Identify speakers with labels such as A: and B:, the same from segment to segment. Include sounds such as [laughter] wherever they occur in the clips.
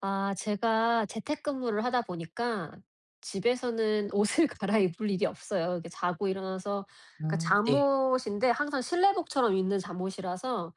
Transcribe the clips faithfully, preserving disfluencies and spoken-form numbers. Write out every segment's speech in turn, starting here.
A: 아, 제가 재택근무를 하다 보니까 집에서는 옷을 [laughs] 갈아입을 일이 없어요. 이렇게 자고 일어나서, 그러니까
B: 음, 네.
A: 잠옷인데 항상 실내복처럼 입는 잠옷이라서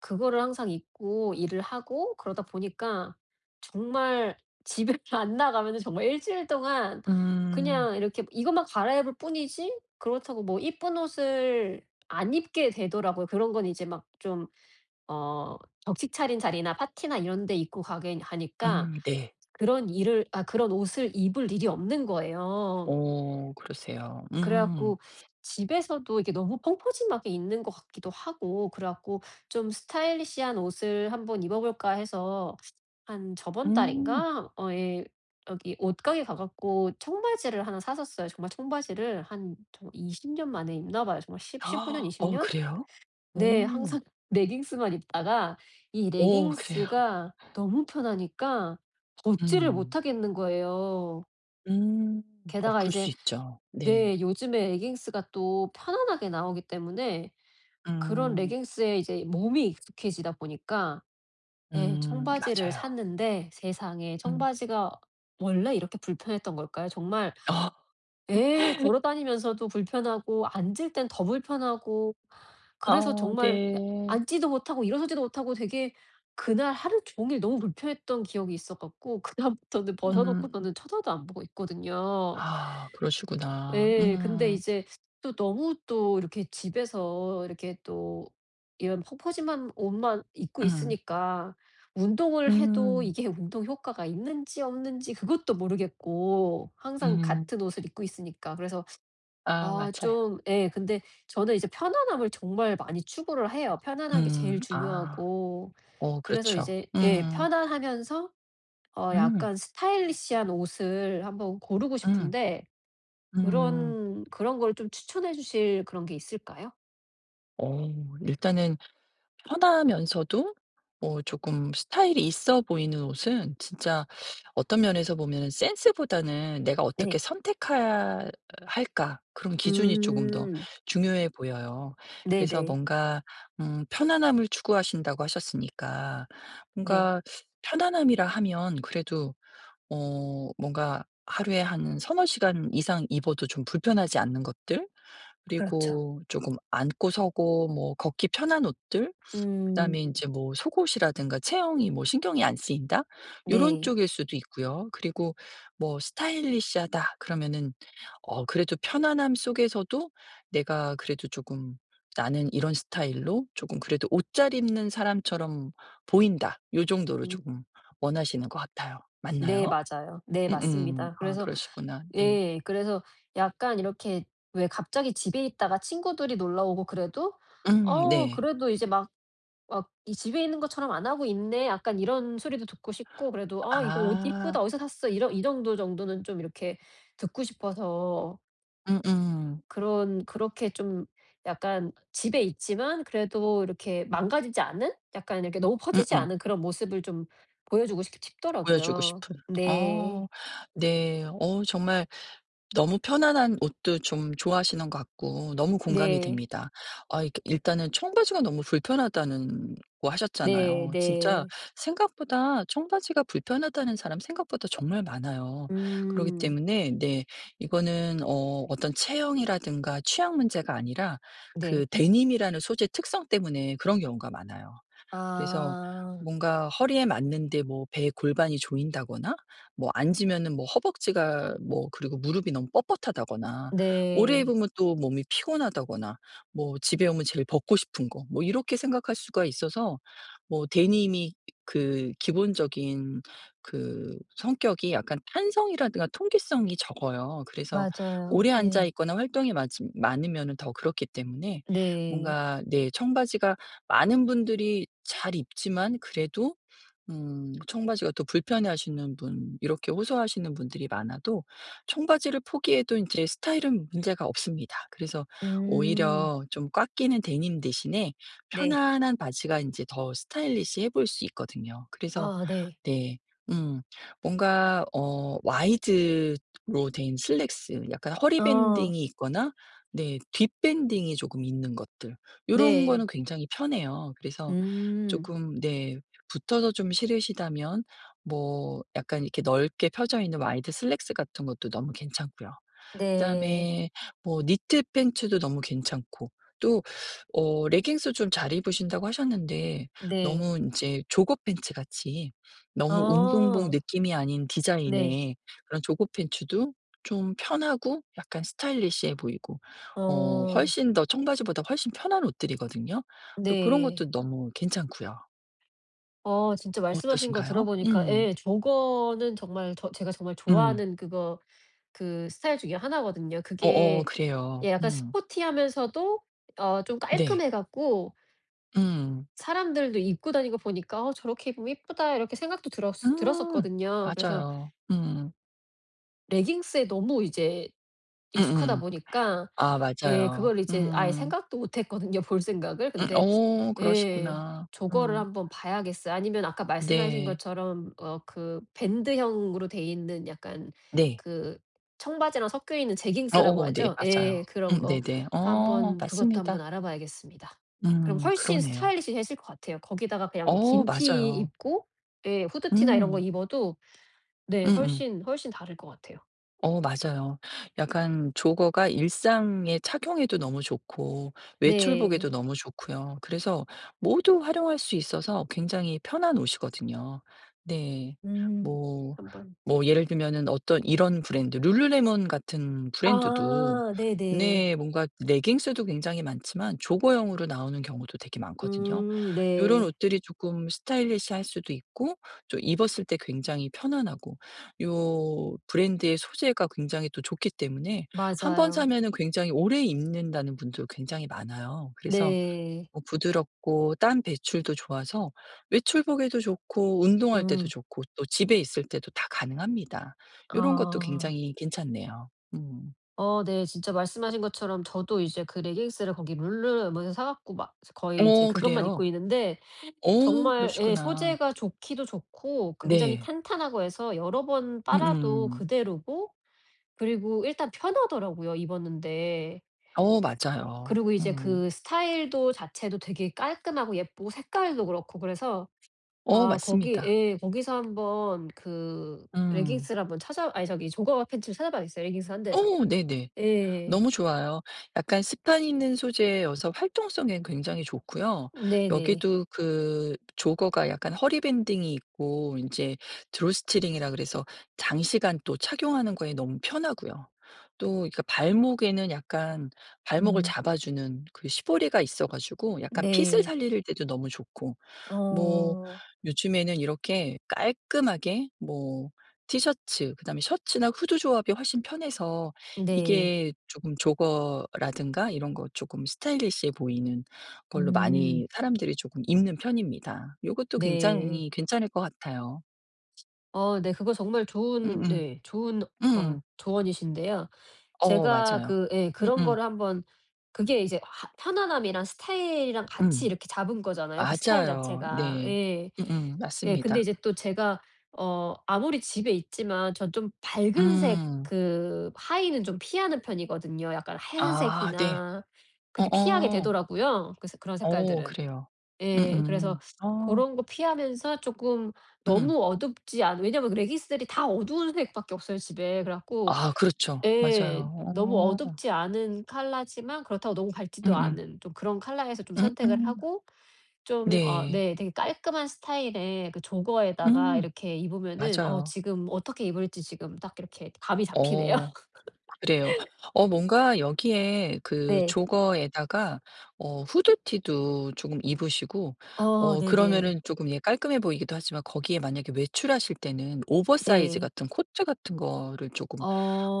A: 그거를 항상 입고 일을 하고, 그러다 보니까 정말 집에 [laughs] 안 나가면 정말 일주일 동안
B: 음.
A: 그냥 이렇게 이것만 갈아입을 뿐이지, 그렇다고 뭐 이쁜 옷을 안 입게 되더라고요. 그런 건 이제 막 좀 어 격식 차린 자리나 파티나 이런 데 입고 가게 하니까
B: 음 네.
A: 그런 일을 아 그런 옷을 입을 일이 없는 거예요.
B: 오, 그러세요.
A: 그래
B: 음.
A: 갖고 집에서도 이게 너무 펑퍼짐하게 입는 것 같기도 하고, 그래 갖고 좀 '스타일리시한 옷을 한번 입어 볼까.' 해서 한 저번
B: 음. [gasps]
A: 달인가, 어 예, 여기 옷가게 가 갖고 청바지를 하나 샀었어요. 정말 청바지를 한 정말 이십 년 만에 입나 봐요. 정말 십십15 년,
B: 아,
A: 이십
B: 어
A: 년?
B: 그래요?
A: 네.
B: 오.
A: 항상 [laughs] 레깅스만 입다가 이
B: 오 그래요.
A: 레깅스가 너무 편하니까 벗지를
B: 음.
A: 못하겠는 거예요.
B: 음. 어
A: 게다가
B: 그럴
A: 이제,
B: 수 있죠. 네.
A: 네, 요즘에 레깅스가 또 편안하게 나오기 때문에 그런
B: 음.
A: 레깅스에 이제 몸이 익숙해지다 보니까, 예,
B: 음
A: 청바지를
B: 맞아요.
A: 샀는데 세상에,
B: 음.
A: 청바지가 원래 이렇게 불편했던 걸까요? 정말,
B: [gasps] 아.
A: 예, 걸어 다니면서도 불편하고 앉을 땐 더 불편하고, 그래서
B: 아
A: 정말 야,
B: 네.
A: 앉지도 못하고 일어서지도 못하고, 되게 그날 하루 종일 너무 불편했던 기억이 있어 갖고 그다음부터는 벗어
B: 음.
A: 놓고서는 쳐다도 안 보고 있거든요.
B: 아 그러시구나.
A: 예. 근데
B: 음.
A: 이제 또 너무 또 이렇게 집에서 이렇게 또 이런 펑퍼짐한 옷만 입고
B: 음.
A: 있으니까 운동을 해도
B: 음.
A: 이게 [laughs] 운동 효과가 있는지 없는지 그것도 모르겠고, 항상
B: 음.
A: 같은 옷을 입고 있으니까. 그래서
B: 아
A: 아
B: 맞아요.
A: 좀, 예, 근데 저는 이제 편안함을 정말 많이 추구를 해요. 편안한 게 제일
B: 음. 아.
A: 중요하고.
B: 오,
A: 그래서
B: 그렇죠.
A: 이제, 예,
B: 음.
A: 편안하면서 어
B: 음.
A: 약간 스타일리시한 옷을 한번 고르고
B: 음.
A: 싶은데,
B: 음.
A: 그런 그런 걸 좀 추천해 주실 그런 게 있을까요?
B: 어 일단은 편하면서도 어 조금 스타일이 있어 보이는 옷은 진짜 어떤 면에서 보면 센스보다는 '내가 어떻게
A: 네.
B: 선택해야 할까.' 그런 기준이 조금 더
A: 음.
B: 중요해 보여요. 그래서
A: 네네.
B: 뭔가 음 편안함을 추구하신다고 하셨으니까
A: 네.
B: 뭔가 편안함이라 하면 그래도 어 뭔가 하루에 한 서너 시간 이상 입어도 좀 불편하지 않는 것들?
A: 그렇죠.
B: 그리고 조금 앉고 서고 뭐 걷기 편한 옷들.
A: 음.
B: 그다음에 인제 뭐 속옷이라든가 체형이 뭐 신경이 안 쓰인다, 요런
A: 네.
B: 쪽일 수도 있고요. 그리고 뭐 '스타일리시하다.' 그러면은 어 그래도 편안함 속에서도 내가 그래도 조금 '나는 이런 스타일로 조금 그래도 옷 잘 입는 사람처럼 보인다.' 요 정도로
A: 음.
B: 조금 원하시는 것 같아요.
A: 네,
B: 맞나요?
A: 맞아요. 네,
B: 음음.
A: 맞습니다.
B: 아
A: 그래서,
B: 그러시구나. 네.
A: 예, 그래서 약간 이렇게 왜 갑자기 집에 있다가 친구들이 놀러 오고 그래도
B: 음
A: '어
B: 네.
A: 그래도 이제 막 막 이 집에 있는 것처럼 안 하고 있네.' 약간 이런 소리도 듣고 싶고, 그래도 '아, 이거 옷
B: 아.
A: 이쁘다. 어디서 샀어?' 이런 이 정도 정도는 좀 이렇게 듣고 싶어서,
B: 음음.
A: 그런 그렇게 좀 약간 집에 있지만 그래도 이렇게 망가지지 않은, 약간 이렇게 너무 퍼지지
B: 음음.
A: 않은 그런 모습을 좀 보여주고 싶
B: 보여주고
A: 싶더라고요.
B: 싶은.
A: 네.
B: 어 네. 어 정말 너무 편안한 옷도 좀 좋아하시는 것 같고 너무 공감이
A: 네.
B: 됩니다. 아 이게 일단은 청바지가 너무 불편하다는 고
A: 네,
B: 하셨잖아요. 진짜
A: 네.
B: 생각보다 청바지가 불편하다는 사람 생각보다 정말 많아요. 그러기
A: 음.
B: 때문에 네 이거는 어 어떤 체형이라든가 취향 문제가 아니라 그
A: 네.
B: 데님이라는 소재 특성 때문에 그런 경우가 많아요. 그래서
A: 아.
B: 뭔가 허리에 맞는데 뭐 배에 골반이 조인다거나 뭐 앉으면은 뭐 허벅지가 뭐, 그리고 무릎이 너무 뻣뻣하다거나 오래
A: 네.
B: 입으면 또 몸이 피곤하다거나 뭐 집에 오면 제일 벗고 싶은 거, 뭐 이렇게 생각할 수가 있어서. 뭐 데님이 그 기본적인 그 성격이 약간 탄성이라든가 통기성이 적어요. 그래서
A: 맞아요.
B: 오래 앉아
A: 네.
B: 있거나 활동이 맞 많으면은 더 그렇기 때문에
A: 네.
B: 뭔가 내 청바지가 많은 분들이 잘 입지만 그래도 음 청바지가 더 불편해하시는 분, 이렇게 호소하시는 분들이 많아도 청바지를 포기해도 이제 스타일은 문제가 없습니다. 그래서
A: 음.
B: 오히려 좀 꽉 끼는 데님 대신에
A: 네.
B: 편안한 바지가 이제 더 스타일리시해 보일 수 있거든요. 그래서
A: 아, 네.
B: 네. 음. 뭔가 어 와이드로 된 슬랙스, 약간 허리
A: 어.
B: 밴딩이 있거나 네 뒷 밴딩이 조금 있는 것들, 요런
A: 네.
B: 거는 굉장히 편해요. 그래서
A: 음.
B: 조금 네 붙어서 좀 싫으시다면 뭐 약간 이렇게 넓게 펴져 있는 와이드 슬랙스 같은 것도 너무 괜찮고요.
A: 네.
B: 그다음에 뭐 니트 팬츠도 너무 괜찮고, 또 어 레깅스 좀 잘 입으신다고 하셨는데
A: 네.
B: 너무 이제 조거 팬츠 같이 너무 운동복
A: 아.
B: 느낌이 아닌
A: 네.
B: 디자인의 그런 조거 팬츠도 좀 편하고 약간 스타일리시해 보이고 어
A: 어.
B: 훨씬 더 청바지보다 훨씬 편한 옷들이거든요. 또 그런
A: 네.
B: 것도 너무 괜찮고요.
A: 어 진짜 말씀하신 거
B: 어떠신가요?
A: 들어보니까,
B: 음.
A: 예, 저거는 정말 저 제가 정말
B: 음.
A: 좋아하는 그거, 그 스타일 중에 하나거든요.
B: 어어
A: 그게,
B: 그래요.
A: 예, 약간
B: 음.
A: 스포티하면서도 어 좀
B: 네.
A: 깔끔해 갖고
B: 음.
A: 사람들도 입고 다니는 거 보니까 '어 저렇게 입으면 이쁘다.' 이렇게 생각도 들었
B: 음.
A: 들었었거든요. 그래서
B: 맞아요. 음.
A: 레깅스에 너무 이제 익숙하다
B: 음음.
A: 보니까,
B: 아
A: 예,
B: 맞아요.
A: 그걸 이제 아예
B: 음.
A: 생각도 못 했거든요, 볼 생각을.
B: 음
A: 근데,
B: 어
A: 예,
B: 그러시구나.
A: 저거를
B: 음.
A: 한번 봐야겠어요. 아니면 아까 말씀하신
B: 네.
A: 것처럼 어 그 밴드형으로 돼 있는 약간
B: 네.
A: 그 청바지랑 섞여 있는 제깅스라고
B: 어어 네
A: 하죠? 예.
B: 맞아요.
A: 그런
B: 음
A: 거
B: 네네. 어
A: 한번, 그것도 한번
B: 맞습니다.
A: 알아봐야겠습니다. 그럼
B: 음
A: 훨씬
B: 그러네요.
A: 스타일리시해질 것 같아요. 거기다가 그냥 뭐
B: 어
A: 긴 티
B: 맞아요.
A: 입고, 예, 후드티나 이런 거
B: 음.
A: 입어도 네
B: 음음.
A: 훨씬, 훨씬 다를 것 같아요.
B: 어 맞아요. 약간 조거가 일상에 착용해도 너무 좋고
A: 네.
B: 외출복에도 음. 너무 좋고요. 그래서 모두 활용할 수 있어서 굉장히 편한 옷이거든요. 네.
A: 음.
B: 뭐
A: 한번.
B: 뭐 예를 들면은 어떤 이런 브랜드 룰루레몬 같은 브랜드도
A: 아, 네네.
B: 네 뭔가 레깅스도 굉장히 많지만 조거용으로 나오는 경우도 되게 많거든요.
A: 음,
B: 요런
A: 네.
B: 옷들이 조금 스타일리시할 수도 있고 좀 입었을 때 굉장히 편안하고 요 브랜드의 소재가 굉장히 또 좋기 때문에 한 번
A: 맞아요.
B: 사면은 굉장히 오래 입는다는 분도 굉장히 많아요. 그래서
A: 네.
B: 뭐 부드럽고 땀 배출도 좋아서 외출복에도 좋고 운동할 때도
A: 음.
B: 좋고 또 집에 있을 때도 다 가능합니다. 요런 것도
A: 아.
B: 굉장히 괜찮네요. 음.
A: 어, 네. 진짜 말씀하신 것처럼 저도 이제 그 레깅스를 거기 룰루렘에서 사 갖고 막 거의 이제
B: 어
A: 그것만 입고
B: 그래요?
A: 있는데
B: 어
A: 정말, 예,
B: 그러시구나.
A: 소재가 좋기도 좋고 굉장히
B: 네.
A: 탄탄하고 해서 여러 번 빨아도
B: 음음.
A: 그대로고, 그리고 일단 편하더라고요, 입었는데.
B: 어 맞아요.
A: 그리고 이제
B: 음.
A: 그 스타일도 자체도 되게 깔끔하고 예쁘고 색깔도 그렇고, 그래서,
B: 어
A: 아, 거기.
B: 맞습니다.
A: 예, 거기서 한번 그
B: 음.
A: 레깅스를 한번 찾아, 아니 저기 조거바 팬츠를 찾아봐야겠어요, 레깅스 한 대에서.
B: 어 네네.
A: 예.
B: 너무 좋아요. 약간 스판 있는 소재여서 활동성엔 굉장히 좋고요.
A: 네네.
B: 여기도 그 조거가 약간 허리 밴딩이 있고 인제 드로스트링이라 그래서 장시간 또 착용하는 거에 너무 편하고요. 또 그러니까 발목에는 약간 발목을
A: 음.
B: 잡아주는 그 시보리가 있어 가지고 약간 핏을
A: 네.
B: 살릴 때도 너무 좋고, 뭐
A: 어.
B: 요즘에는 이렇게 깔끔하게 뭐 티셔츠 그다음에 셔츠나 후드 조합이 훨씬 편해서
A: 네.
B: 이게 조금 조거라든가 이런 거 조금 스타일리시해 보이는 걸로
A: 음.
B: 많이 사람들이 조금 입는 편입니다. 요것도
A: 네.
B: 굉장히 괜찮을 것 같아요.
A: 어, 네. 그거 정말 좋은,
B: 음음.
A: 네, 좋은 그
B: 음.
A: 조언이신데요.
B: 어
A: 제가
B: 맞아요.
A: 그, 예, 그런
B: 음음.
A: 거를 한번, 그게 이제 하 편안함이랑 스타일이랑 같이
B: 음.
A: 이렇게 잡은 거잖아요, 그 스타일
B: 맞아요.
A: 자체가.
B: 네.
A: 예.
B: 음음.
A: 예. 근데
B: 맞습니다.
A: 이제 또 제가 어 아무리 집에 있지만 전 좀 밝은색
B: 음.
A: 그 하의는 좀 피하는 편이거든요. 약간
B: 아 네.
A: 하얀색이나 그렇게 피하게
B: 어어.
A: 되더라고요, 그 색 그런
B: 어
A: 색깔들은.
B: 그래요.
A: 예. 그래서
B: 음음. 아.
A: 고런 거 피하면서 쪼끔
B: 음.
A: 너무 어둡지 않은, 왜냐면 레깅스들이 다 어두운 색밖에 없어요, 집에. 그래 갖고,
B: 아 그렇죠.
A: 예,
B: 맞아요.
A: 너무
B: 어.
A: 어둡지 않은 컬러지만 그렇다고 너무 밝지도
B: 음음.
A: 않은 좀 그런 컬러에서 좀 선택을
B: 음음.
A: 하고 좀 어
B: 네.
A: 네, 되게 깔끔한 스타일의 그 조거에다가
B: 음.
A: 이렇게 입으면은 어
B: 맞아요.
A: 지금 어떻게 입을지 지금 딱 이렇게 감이 잡히네요.
B: 어
A: [laughs]
B: 그래요. 어 뭔가 여기에 그
A: 네.
B: 조거에다가 어 후드티도 조금 입으시고
A: 어,
B: 어
A: 네네.
B: 그러면은 조금 예 깔끔해 보이기도 하지만 거기에 만약에 외출하실 때는 오버사이즈
A: 네.
B: 같은 코트 같은 거를 조금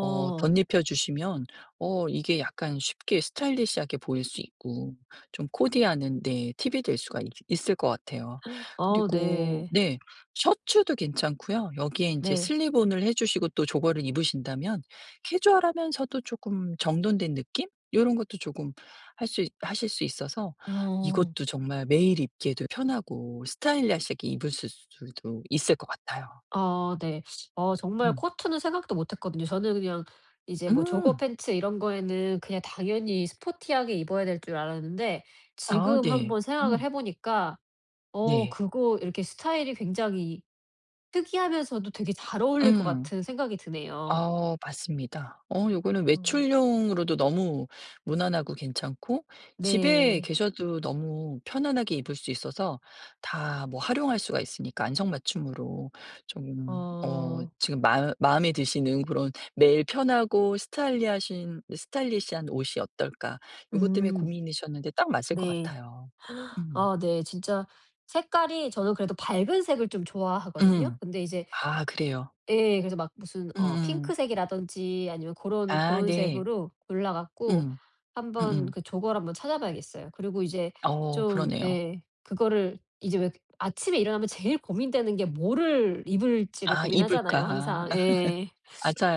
B: 어 덧입혀 주시면 어 이게 약간 쉽게 스타일리시하게 보일 수 있고 좀 코디하는 네 팁이 될 수가 있 있을 것 같아요.
A: 어,
B: 그리고
A: 네.
B: 네 셔츠도 괜찮고요. 여기에 이제
A: 네.
B: 슬립온을 해 주시고 또 저거를 입으신다면 캐주얼하면서도 조금 정돈된 느낌? 이런 것도 조금 할 수 하실 수 있어서
A: 어.
B: 이것도 정말 매일 입기에도 편하고 스타일리시하게 입을 수도 있을 것 같아요.
A: 아, 네. 어, 정말
B: 음.
A: 코트는 생각도 못 했거든요. 저는 그냥 이제 뭐 조거
B: 음.
A: 팬츠 이런 거에는 그냥 당연히 스포티하게 입어야 될 줄 알았는데,
B: 아
A: 지금
B: 네.
A: 한번 생각을
B: 음.
A: 해 보니까 어
B: 네.
A: 그거 이렇게 스타일이 굉장히 특이하면서도 되게 잘 어울릴 것
B: 응.
A: 같은 생각이 드네요.
B: 아 맞습니다. 어 요거는
A: 어.
B: 외출용으로도 너무 무난하고 괜찮고 집에
A: 네.
B: 계셔도 너무 편안하게 입을 수 있어서 다 뭐 활용할 수가 있으니까 안성맞춤으로 좀 어
A: 어
B: 지금 마음 마음에 드시는 그런 '매일 편하고 스타일리하신 스타일리시한 옷이 어떨까?' 요것 때문에
A: 음,
B: 고민이셨는데 딱 맞을 것
A: 네.
B: 같아요. 음.
A: 아, 네. 진짜 색깔이 저는 그래도 밝은 색을 좀 좋아하거든요.
B: 음.
A: 근데 이제,
B: 아 그래요.
A: 예, 그래서 막 무슨 어
B: 음음.
A: 핑크색이라든지 아니면 고런
B: 아
A: 고런
B: 네.
A: 색으로 골라 갖고
B: 음.
A: 한번
B: 음음.
A: 그 조걸 한번 찾아봐야겠어요. 그리고 이제
B: 어
A: 좀,
B: 그러네요.
A: 예, 그거를 이제 왜 아침에 일어나면 제일 고민되는 게 뭐를 입을지를
B: 아
A: 고민하잖아요,
B: 이불가. 아
A: 항상. 예.
B: [laughs]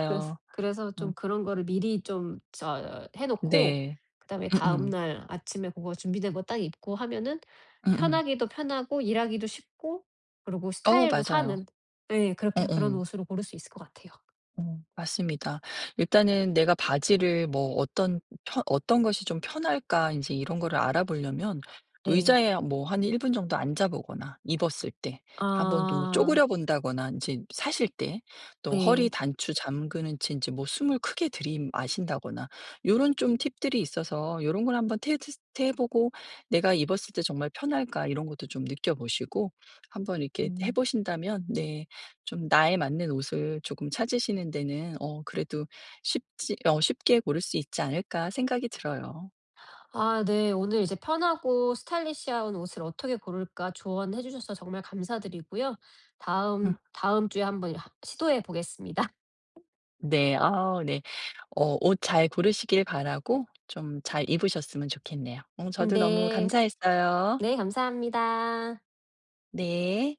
A: 그래서 그래서 좀
B: 음.
A: 그런 거를 미리 좀 저 해 놓고
B: 네.
A: 그다음에
B: 음음.
A: 다음날 아침에 그거 준비된 거 딱 입고 하면은
B: 음음.
A: 편하기도 편하고 일하기도 쉽고 그리고
B: 어
A: 스타일도
B: 맞아요.
A: 사는, 예, 그렇게 그런
B: 어어.
A: 옷으로 고를 수 있을 것 같아요.
B: 음 맞습니다. 일단은 내가 바지를 뭐 어떤 편 '어떤 것이 좀 편할까?' 이제 이런 거를 알아보려면
A: 네.
B: 의자에 뭐 한 일 분 정도 앉아 보거나 입었을 때 한번또 뭐
A: 아,
B: 쪼그려 본다거나 이제 사실 때 또
A: 네.
B: 허리 단추 잠그는 채 이제 뭐 숨을 크게 들이마신다거나 요런 좀 팁들이 있어서 요런 걸 한번 테스트 해 보고 '내가 입었을 때 정말 편할까?' 이런 것도 좀 느껴 보시고 한번 이렇게 해
A: 음.
B: 보신다면 네 좀 나에 맞는 옷을 조금 찾으시는 데는 어 그래도 쉽지 어 쉽게 고를 수 있지 않을까 생각이 들어요.
A: 아, 네. 오늘 이제 편하고 스타일리시한 옷을 어떻게 고를까 조언해 주셔서 정말 감사드리고요.
B: 음.
A: 다음 다음 주에 한번 하 시도해 보겠습니다.
B: 네. 아 네. 어 옷 잘 고르시길 바라고 좀 잘 입으셨으면 좋겠네요. 어 저도 너무
A: 네.
B: 감사했어요.
A: 네, 감사합니다.
B: 네.